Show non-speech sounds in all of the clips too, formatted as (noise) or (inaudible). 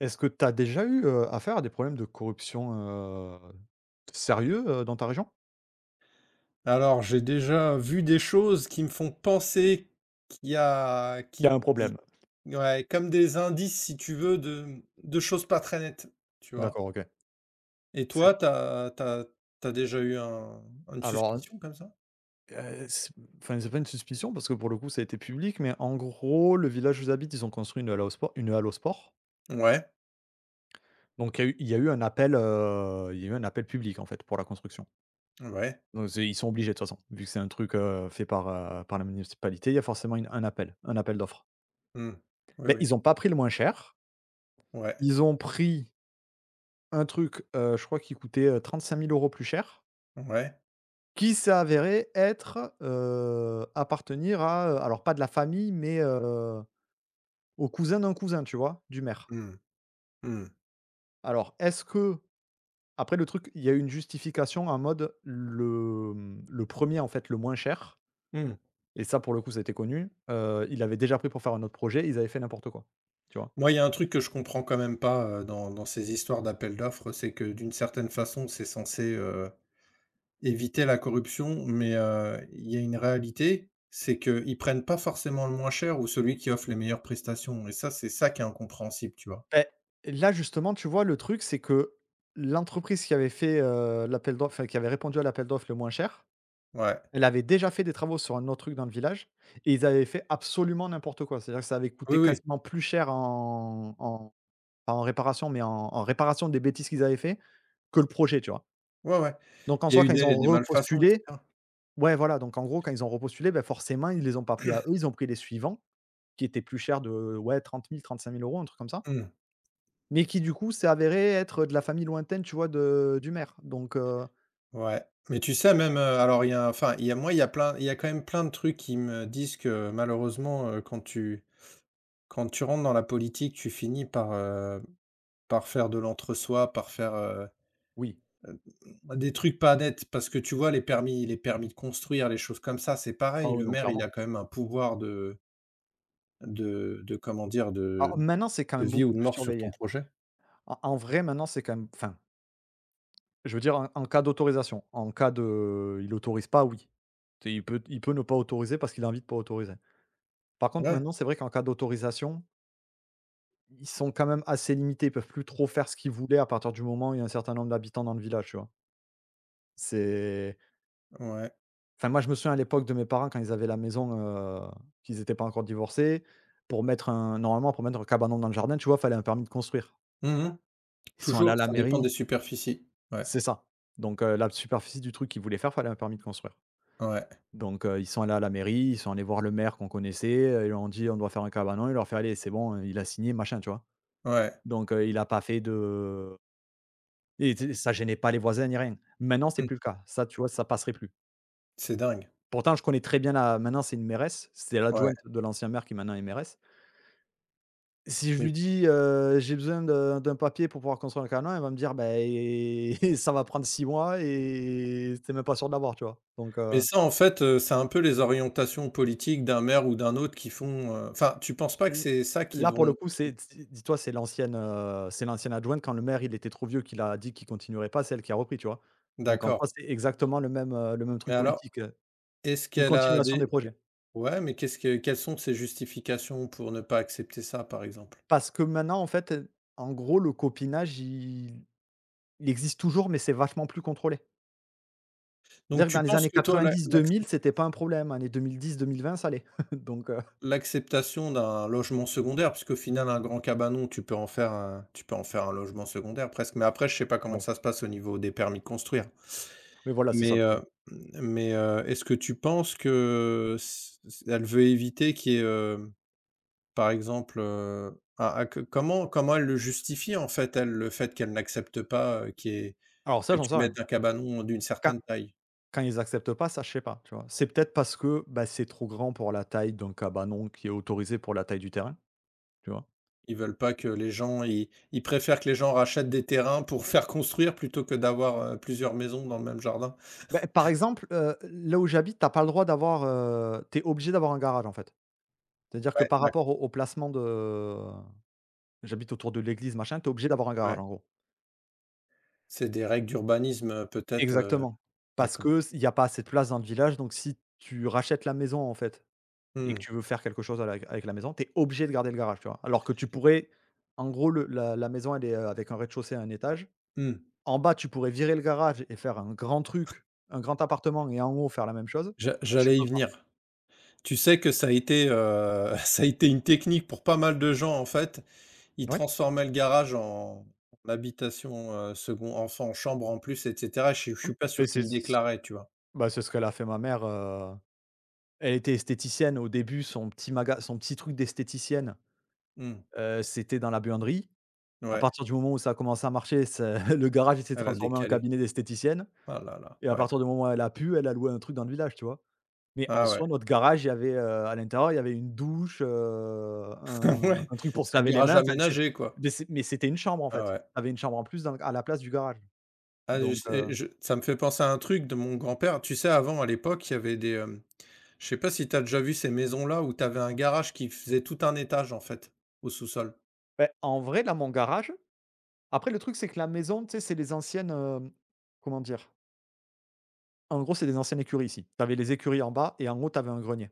Est-ce que tu as déjà eu, affaire à des problèmes de corruption, sérieux, dans ta région? Alors, j'ai déjà vu des choses qui me font penser qu'il y a Il y a qui un qui problème? ouais, comme des indices, si tu veux, de choses pas très nettes, tu vois? D'accord, OK. Et C'est toi, t'as déjà eu un une alors, suspicion comme ça? c'est enfin, c'est pas une suspicion parce que pour le coup, ça a été public, mais en gros, le village où j'habite, ils ont construit une halle au sport. Ouais, Donc il y a eu un appel, il y a eu un appel public, en fait, pour la construction. ouais. Donc c'est ils sont obligés de toute façon, vu que c'est un truc, fait par, la municipalité, il y a forcément une un appel d'offres. Mmh. Oui, Mais oui. ils n'ont pas pris le moins cher, Ouais, ils ont pris un truc, je crois qu'il coûtait, 35 000 € plus cher, ouais. qui s'est avéré être, appartenir à, alors pas de la famille, mais, au cousin d'un cousin, tu vois? Du maire. Mmh, mmh, Alors est-ce que, après le truc, il y a eu une justification en mode le premier, en fait, le moins cher. mmh. Et ça, pour le coup, ça a été connu, il avait déjà pris pour faire un autre projet, ils avaient fait n'importe quoi, tu vois? Moi, il y a un truc que je comprends quand même pas, dans ces histoires d'appels d'offres, c'est que d'une certaine façon, c'est censé, éviter la corruption, mais il y a une réalité, c'est qu'ils prennent pas forcément le moins cher ou celui qui offre les meilleures prestations et ça, c'est ça qui est incompréhensible, tu vois? Beh, là justement, tu vois, le truc c'est que l'entreprise qui avait fait, l'appel d'offres, enfin qui avait répondu à l'appel d'offres le moins cher. Ouais. Elle avait déjà fait des travaux sur un autre truc dans le village et ils avaient fait absolument n'importe quoi. C'est-à-dire que ça avait Oui, coûté oui. quasiment plus cher en, pas en réparation, mais en réparation des bêtises qu'ils avaient fait, que le projet, tu vois? Ouais, ouais. Donc, en Il y a soi, eu quand ils ont des malfaçons et repostulé, cetera. ouais, voilà, donc en gros, quand ils ont repostulé, ben forcément, ils les ont pas pris à eux, ils ont pris les suivants qui étaient plus chers de, ouais, 30 000, trente-cinq mille euros, un truc comme ça, Mmh. mais qui du coup s'est avéré être de la famille lointaine, tu vois, de du maire. Donc Ouais, mais tu sais même, alors il y a enfin, il y a moi, il y a plein il y a quand même plein de trucs qui me disent que malheureusement, quand tu rentres dans la politique, tu finis par, par faire de l'entre-soi, par faire, oui. Heu, des trucs pas nets, parce que tu vois, les permis de construire, les choses comme ça, c'est Ah pareil. oui, Le non, maire, il clairement. a quand même un pouvoir de comment dire? Alors De maintenant, c'est quand de même vie beaucoup ou de plus mort sur ton surveillé. projet. En vrai, maintenant, c'est quand même, enfin, je veux dire, en cas d'autorisation. En cas de il autorise pas, oui. C'est il peut ne pas autoriser parce qu'il a envie de pas autoriser. Par contre, Ouais, maintenant, c'est vrai qu'en cas d'autorisation, ils sont quand même assez limités. Ils peuvent plus trop faire ce qu'ils voulaient à partir du moment où il y a un certain nombre d'habitants dans le village, tu vois? C'est ouais. enfin, moi, je me souviens, à l'époque de mes parents, quand ils avaient la maison, qu'ils étaient pas encore divorcés, pour mettre un normalement, pour mettre un cabanon dans le jardin, tu vois, fallait un permis de construire. Mmh. Ils sont allés à Toujours, la ça dépend mairie. des superficies. Ouais, C'est ça. Donc la superficie du truc qu'ils voulaient faire, fallait un permis de construire. ouais, Donc ils sont allés à la mairie, ils sont allés voir le maire qu'on connaissait, ils lui ont dit: «On doit faire un cabanon». Il leur fait: «Allez, c'est bon, il a signé, machin», tu vois? ouais. Donc il a pas fait de, et tu, ça gênait pas les voisins ni rien. Maintenant, c'est Mmh. plus le cas. Ça, tu vois, ça passerait plus. C'est dingue. Pourtant, je connais très bien la. Maintenant, c'est une mairesse, c'est Ouais. l'adjointe de l'ancien maire qui maintenant est mairesse. Si je Mais lui dis: «J'ai besoin de d'un papier pour pouvoir construire un cabanon», elle va me dire: ben (laughs) ça va prendre 6 mois et tu même pas sûr de l'avoir», tu vois? Donc mais ça, en fait, c'est un peu les orientations politiques d'un maire ou d'un autre qui font, enfin, tu penses pas que L c'est ça qui là, pour le vont coup, c'est qui. Dis-toi, c'est l'ancienne adjointe, quand le maire, il était trop vieux, qu'il a dit qu'il continuerait pas, c'est elle qui a repris, tu vois? Donc, en D'accord. soi, c'est exactement le même Mais truc alors, politique, est-ce une qu'elle a continuation des des. projets. Ouais, mais qu'est-ce que quelles sont ses justifications pour ne pas accepter ça, par exemple? Parce que maintenant, en fait, en gros, le copinage, il existe toujours, mais c'est vachement plus contrôlé. Donc C'est-à-dire que tu dans les penses années que toi, 90, 2000, c'était pas un problème, années 2010-2020, ça allait. (laughs) Donc l'acceptation d'un logement secondaire, puisqu'au final un grand cabanon, tu peux en faire un tu peux en faire un logement secondaire presque, mais après je sais pas comment ouais. ça se passe au niveau des permis de construire. Oui, voilà, c'est ça Mais, le problème. heu, est-ce que tu penses que c c elle veut éviter qu'il y ait, par exemple, un que comment elle le justifie en fait, elle, le fait qu'elle n'accepte pas, qu'il y ait Alors ça, que j'en sais tu rien. mettes un cabanon d'une Quand certaine taille? Quand ils acceptent pas, ça, je sais pas, tu vois? C'est peut-être parce que, bah, c'est trop grand pour la taille d'un cabanon qui est autorisé pour la taille du terrain, tu vois? Ils veulent pas que les gens ils préfèrent que les gens rachètent des terrains pour faire construire plutôt que d'avoir, plusieurs maisons dans le même jardin. Ben par exemple, là où j'habite, t'as pas le droit d'avoir, tu obligé d'avoir un garage, en fait. C'est-à-dire que Ouais, par rapport d'accord, au placement de, j'habite autour de l'église, machin, t'es obligé d'avoir un garage, ouais. en gros. C'est des règles d'urbanisme, peut-être, Exactement. Parce d'accord. que il y a pas assez de place dans le village, donc si tu rachètes la maison, en fait, et que Mmh, tu veux faire quelque chose à la avec la maison, t'es obligé de garder le garage, tu vois? Alors que tu pourrais, en gros, le la la maison, elle est, avec un rez-de-chaussée et un étage. mmh. En bas, tu pourrais virer le garage et faire un grand truc, un grand appartement, et en haut faire la même chose. Tu J'allais peux y pas. venir. Tu sais que ça a été, (laughs) ça a été une technique pour pas mal de gens, en fait. Ils Ouais, transformaient le garage en habitation, second enfant en chambre en plus et cetera. Je suis pas sûr mais qu'ils c'est le c déclaraient, tu vois? bah, c'est ce qu'elle a fait ma mère, elle était esthéticienne au début, son petit truc d'esthéticienne, Mmh, c'était dans la buanderie. À ouais, partir du moment où ça a commencé à marcher, ça (laughs) le garage, il s'est elle a transformé en décalé. cabinet d'esthéticienne, Ah là là, et à ouais. partir du moment où elle a pu, elle a loué un truc dans le village, tu vois? Mais en Ah ouais. soi, notre garage, il y avait, à l'intérieur, il y avait une douche, (laughs) un Ouais, un truc pour se c'est un laver les garage mains, enfin, tu aménagé, quoi. mais c'est mais c'était une chambre, en fait. Ah Tu ouais. avais une chambre en plus dans à la place du garage. Ah Donc je et je ça me fait penser à un truc de mon grand-père. Tu sais, avant, à l'époque, il y avait je sais pas si tu as déjà vu ces maisons-là où tu avais un garage qui faisait tout un étage, en fait, au sous-sol? beh, en vrai, là, mon garage, après le truc, c'est que la maison, tu sais, c'est les anciennes, comment dire? En gros, c'est des anciennes écuries ici. Tu avais les écuries en bas, et en haut, tu avais un grenier,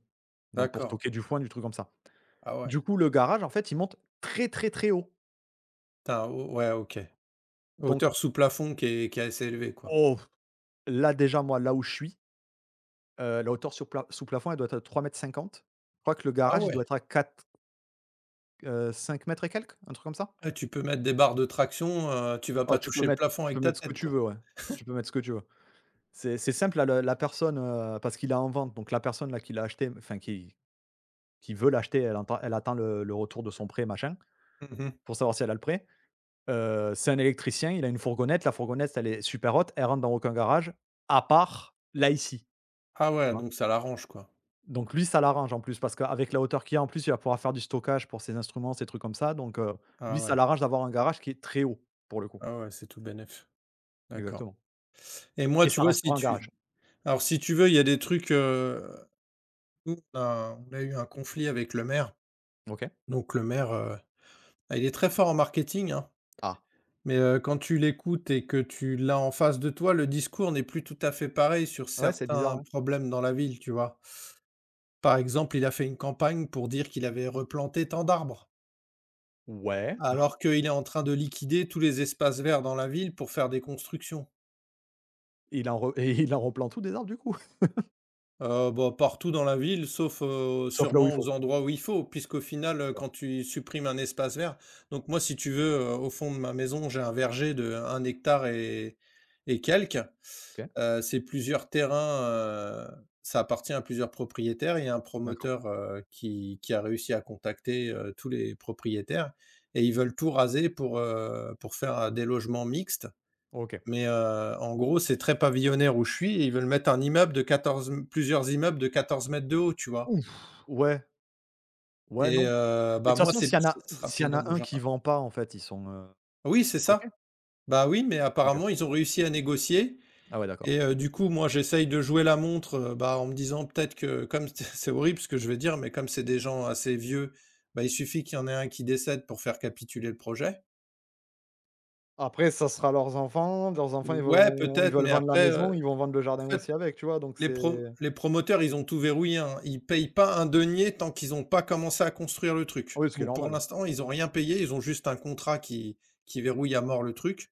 donc pour D'accord. stocker du foin, du truc comme ça. Ah ouais. Du coup, le garage, en fait, il monte très, très, très haut. Tu as o ouais, OK. Donc, Hauteur sous plafond qui est assez élevée, quoi. oh, là, déjà, moi, là où je suis. La hauteur sur pla sous plafond, elle doit être à 3,50 m. Je crois que le Ah garage, il ouais. doit être à 4, 5 m et quelques, un truc comme ça? Ah, tu peux mettre des barres de traction, tu vas Oh, pas tu peux toucher le mettre plafond tu peux avec ta mettre ce que tête, tu quoi. veux, ouais. Tu peux mettre ce que tu veux. C'est simple, là, le la personne, parce qu'il est en vente, donc la personne, là, qui l'a acheté, enfin, qui veut l'acheter, elle entend elle attend le retour de son prêt, machin, Mmh. pour savoir si elle a le prêt. C'est un électricien, il a une fourgonnette, la fourgonnette, elle est super haute, elle rentre dans aucun garage, à part là, ici. Ah ouais, donc ça l'arrange, quoi. Donc lui, ça l'arrange, en plus parce qu'avec la hauteur qu'il y a, en plus, il va pouvoir faire du stockage pour ses instruments, ses trucs comme ça. Donc, lui, Ah ça ouais. l'arrange d'avoir un garage qui est très haut, pour le coup. Ah ouais, c'est tout bénef. D'accord. Exactement. Et moi, Mais tu ça vois, si restera un tu garage. alors si tu veux, il y a des trucs, nous on a eu un conflit avec le maire, OK. donc le maire, ah il est très fort en marketing, hein, Ah. mais, quand tu l'écoutes et que tu l'as en face de toi, le discours n'est plus tout à fait pareil sur Ouais, c'est bizarre, certains hein? problèmes dans la ville, tu vois? Par exemple, il a fait une campagne pour dire qu'il avait replanté tant d'arbres, Ouais. alors qu'il est en train de liquider tous les espaces verts dans la ville pour faire des constructions. Et il en re, (laughs) et il en replant tout des arbres, du coup? (laughs) Bah, partout dans la ville, sauf, Sauf là où il sûrement aux faut. endroits où il faut, puisqu'au final, C'est ça. quand tu supprimes un espace vert donc moi, si tu veux, au fond de ma maison, j'ai un verger de 1 hectare et quelques. OK, C'est plusieurs terrains, heu, ça appartient à plusieurs propriétaires. Il y a un d'accord. promoteur, qui a réussi à contacter, tous les propriétaires et ils veulent tout raser pour faire, des logements mixtes. OK. Mais, en gros, c'est très pavillonnaire où je suis et ils veulent mettre un immeuble de 14, m plusieurs immeubles de 14 mètres de haut, tu vois? Ouf! Ouais, ouais, Et non. Mais bah, de toute moi, façon, c'est s'il y en a ce sera s'il y pile en dans a mon un qui jardin. vend pas, en fait, Oui, ils sont c'est ça. bloqués? Bah, oui, mais OK. apparemment, ils ont réussi à négocier Ah ouais, d'accord. et du coup, moi, j'essaye de jouer la montre, bah, en me disant peut-être que comme (laughs) c'est horrible ce que je vais dire, mais comme c'est des gens assez vieux, bah, il suffit qu'il y en ait un qui décède pour faire capituler le projet. Après, ça sera leurs enfants, Ouais, ils peut-être, veulent mais vendre la après, maison, ils vont vendre le en jardin fait. aussi avec, tu vois? Donc c'est, Les promoteurs, ils ont tout verrouillé, hein. Ils payent pas un denier tant qu'ils ont pas commencé à construire le truc. oui, ce qui est Donc pour normal. l'instant, ils ont rien payé, ils ont juste un contrat qui verrouille à mort le truc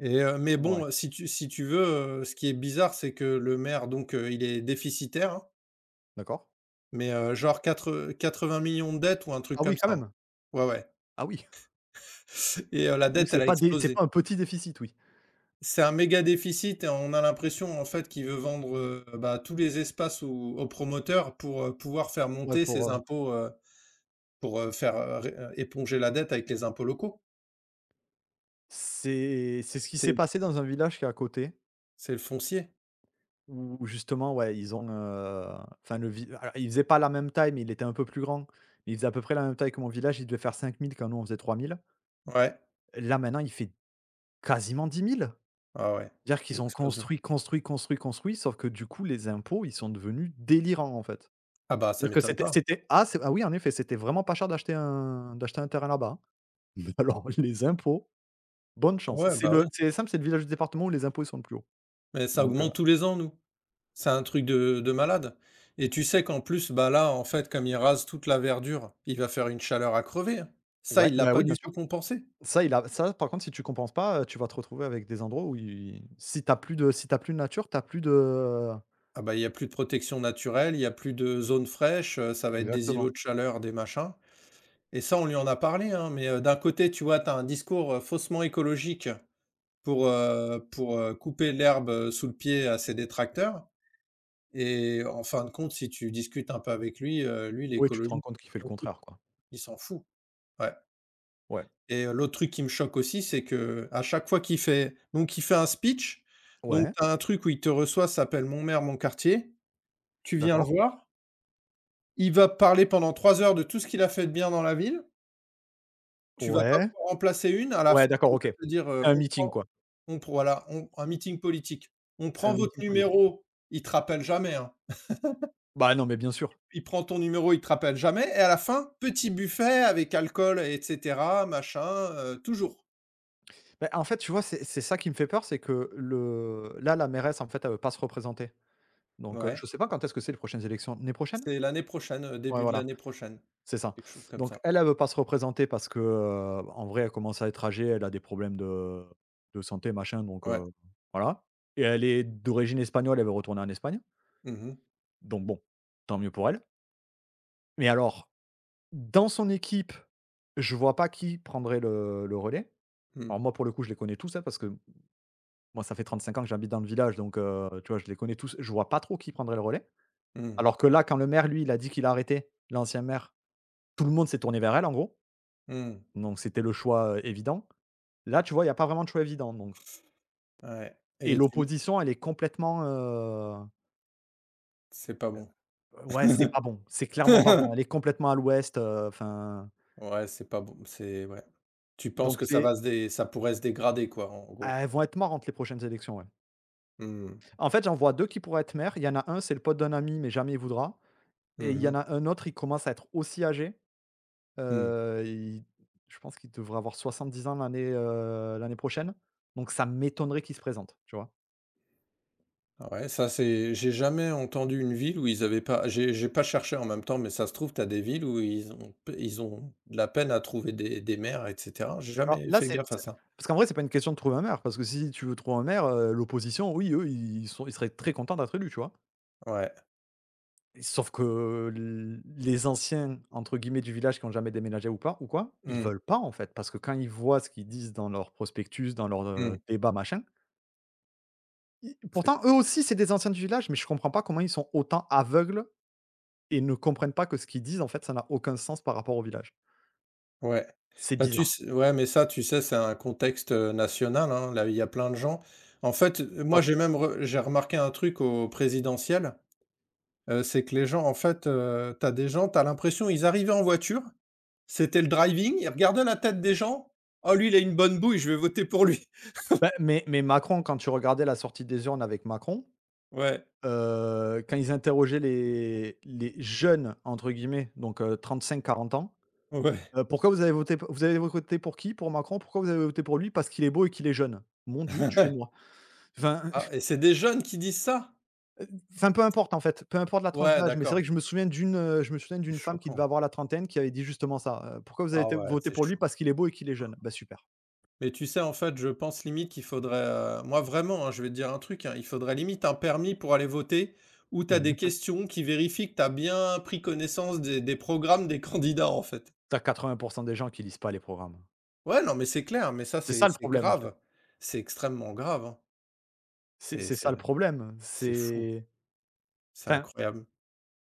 et mais Ouais, bon, si tu veux, ce qui est bizarre, c'est que le maire donc, il est déficitaire, hein, d'accord. mais genre quatre, 80 millions de dettes ou un truc Ah oui, comme quand ça, hein. même! Ouais, ouais. Ah oui! (laughs) Et la Oui, dette, elle a c'est explosé. pas un petit déficit, oui. C'est un méga déficit et on a l'impression en fait qu'il veut vendre, bah, tous les espaces aux promoteurs pour, pouvoir faire Ouais, monter pour, ses impôts, pour, faire, ré éponger la dette avec les impôts locaux. c'est ce qui s'est C'est passé dans un village qui est à côté, c'est le foncier. où justement, ouais, ils ont, enfin le vi alors, il faisait pas la même taille, mais il était un peu plus grand. Il faisait à peu près la même taille que mon village, il devait faire 5 000, quand nous on faisait 3 000. Ouais, Là maintenant, il fait quasiment 10 000. ah ouais, Dire une qu'ils ont explosion. construit, construit, construit, construit, sauf que du coup, les impôts, ils sont devenus délirants, en fait. Ah bah, ça Dire que m'étonne c'était pas. c'était ah c'est ah oui, en effet, c'était vraiment pas cher d'acheter un terrain là-bas, hein. Mais alors, (laughs) les impôts, bonne chance. Ouais, C'est bah, le oui, c'est simple, c'est le village du département où les impôts, ils sont le plus haut. mais ça Donc augmente tous les ans nous. C'est un truc de malade et tu sais qu'en plus, bah, là, en fait, comme il rase toute la verdure, il va faire une chaleur à crever, hein. Ça, ouais, il l'a bah, pas oui, bien du sûr. tout compensé. Ça, il a Ça, par contre, si tu compenses pas, tu vas te retrouver avec des endroits où il si t'as plus de nature, t'as plus de. Ah bah, il y a plus de protection naturelle, il y a plus de zones fraîches, ça va être des Exactement. îlots de chaleur, des machins et ça, on lui en a parlé, hein, mais d'un côté, tu vois, tu as un discours, faussement écologique pour, couper l'herbe, sous le pied à ses détracteurs et en fin de compte, si tu discutes un peu avec lui, lui, Oui, tu te rends l'écologie, compte c'est qu'il pas fait le son truc, contraire, quoi. il s'en fout, ouais Ouais. et l'autre truc qui me choque aussi, c'est que à chaque fois qu'il fait donc il fait un speech, donc Ouais, tu as un truc où il te reçoit, ça s'appelle «Mon maire, mon quartier», tu viens le d'accord. voir. Il va parler pendant 3 heures de tout ce qu'il a fait de bien dans la ville. Tu vas pas Ouais. pouvoir en placer une. À la Ouais, fin, d'accord, il OK. va te dire, C'est un «On meeting, prend quoi. on prend», voilà, on un meeting politique. «On C'est un prend votre meeting politique. numéro». Il te rappelle jamais, hein. Bah, non, mais bien sûr. Il prend ton numéro, il te rappelle jamais et à la fin, petit buffet avec alcool et cetera, machin, toujours. Bah, en fait, tu vois, c'est ça qui me fait peur, c'est que le là, la mairesse, en fait, elle veut pas se représenter. Donc, je Ouais. sais pas quand est-ce que c'est les prochaines élections? L'année prochaine? C'est l'année prochaine, Ouais, début de voilà, l'année prochaine. c'est ça. Quelque chose comme Donc ça. elle, elle veut pas se représenter parce que, en vrai, elle commence à être âgée, elle a des problèmes de santé, machin, donc, Ouais. Voilà. Et elle est d'origine espagnole, elle veut retourner en Espagne, Mmh mh. donc bon, tant mieux pour elle. Mais alors, dans son équipe, je vois pas qui prendrait le relais. Mmh. Alors moi, pour le coup, je les connais tous, hein, parce que moi, ça fait 35 ans que j'habite dans le village, donc tu vois, je les connais tous. Je vois pas trop qui prendrait le relais. Mmh. Alors que là, quand le maire, lui, il a dit qu'il a arrêté, l'ancien maire, tout le monde s'est tourné vers elle, en gros. Mmh. Donc c'était le choix, évident. Là, tu vois, il y a pas vraiment de choix évident, Ouais et et tu l'opposition, elle est complètement, c'est pas bon. ouais, c'est pas (laughs) bon, c'est clairement pas bon. Elle est complètement à l'ouest, enfin, Ouais, c'est pas bon, c'est ouais. Tu penses donc que les ça pourrait se dégrader quoi, en gros? elles vont être marrantes, les prochaines élections, ouais. Mmh. En fait, j'en vois 2 qui pourraient être maires. Il y en a un, c'est le pote d'un ami, mais jamais il voudra, et Mmh il y en mh. a un autre, il commence à être aussi âgé. Mmh. Il je pense qu'il devrait avoir 70 ans l'année prochaine, donc ça m'étonnerait qu'il se présente, tu vois? Ah ouais, ça c'est j'ai jamais entendu une ville où ils avaient pas, j'ai pas cherché en même temps, mais ça se trouve, t'as des villes où ils ont de la peine à trouver des maires et cetera. J'ai Alors jamais là, fait gaffe à c'est ça. parce qu'en vrai, c'est pas une question de trouver un maire, parce que si tu veux trouver un maire, l'opposition, oui, eux, ils seraient très contents d'être élus, tu vois? Ouais. Et sauf que l les anciens, entre guillemets, «du village», qui ont jamais déménagé ou pas ou quoi, ils Mmh. veulent pas, en fait, parce que quand ils voient ce qu'ils disent dans leurs prospectus, dans leurs, Mmh. Débats, machin, i C'est pourtant, eux aussi, c'est des anciens du village, mais je comprends pas comment ils sont autant aveugles, et ne comprennent pas que ce qu'ils disent, en fait, ça n'a aucun sens par rapport au village. ouais. C'est Bah, tu bizarre. sais ouais, mais ça, tu sais, c'est un contexte, national, hein. Là, il y a plein de gens en fait, Pas moi, faux. j'ai même re j'ai remarqué un truc au présidentiel. C'est que les gens en fait, tu des gens, t'as l'impression ils arrivaient en voiture, c'était le driving, ils regardaient la tête des gens: «Oh lui il a une bonne bouille, je vais voter pour lui». Bah, mais Macron, quand tu regardais la sortie des urnes avec Macron, Ouais, quand ils interrogeaient les «jeunes», entre guillemets, donc, 35-40 ans, ouais. «Pourquoi vous avez voté p vous avez voté pour qui? Pour Macron? Pourquoi vous avez voté pour lui? Parce qu'il est beau et qu'il est jeune». Mon Dieu, tu es moi. (laughs) Enfin. Ah et c'est des jeunes qui disent ça? (laughs) Enfin, peu importe, en fait, peu importe la tranche Ouais, d'âge, mais c'est vrai d'accord, que je me souviens c'est d'une femme qui devait choquant. avoir la trentaine, qui avait dit justement ça, «Pourquoi vous avez Ah té ouais, voté c'est pour lui? chaud. Parce qu'il est beau et qu'il est jeune». Bah, super. Mais tu sais en fait je pense limite qu'il faudrait, moi vraiment, hein, je vais te dire un truc, hein, il faudrait limite un permis pour aller voter où tu as des (laughs) questions qui vérifient que tu as bien pris connaissance des programmes des (laughs) candidats en fait. Tu as 80 des gens qui lisent pas les programmes. Ouais, non, mais c'est clair, mais ça, C'est c'est ça le c'est problème, en fait. grave. C'est extrêmement grave, hein. C'est C'est c'est ça c'est le problème. c'est fou, C'est c'est Enfin, incroyable.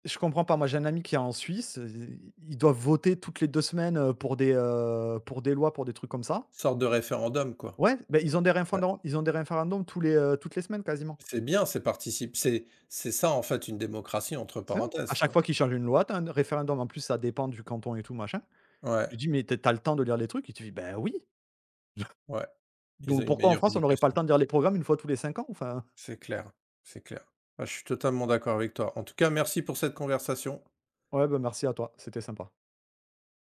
je comprends pas. Moi, j'ai un ami qui est en Suisse, i ils doivent voter toutes les 2 semaines, pour des lois, pour des trucs comme ça. Sorte de référendum, quoi. Ouais, ben ils ont des Ouais. référendums ils ont des référendums toutes les semaines quasiment. C'est bien, c'est ça, en fait, une démocratie entre C'est ça. À parenthèses, tu chaque vois? fois qu'ils changent une loi, t'as un référendum. En plus, ça dépend du canton et tout machin. Je lui Ouais, dis: «Mais t'as es le temps de lire les trucs?» Il te dit: «Ben oui». ouais. (laughs) Ils Donc ont une pourquoi en meilleure France, on n'aurait pas le éducation. temps de lire les programmes une fois tous les 5 ans? Enfin, C'est clair, c'est clair. Ah, je suis totalement d'accord avec toi. En tout cas, merci pour cette conversation. ouais, ben merci à toi, c'était sympa.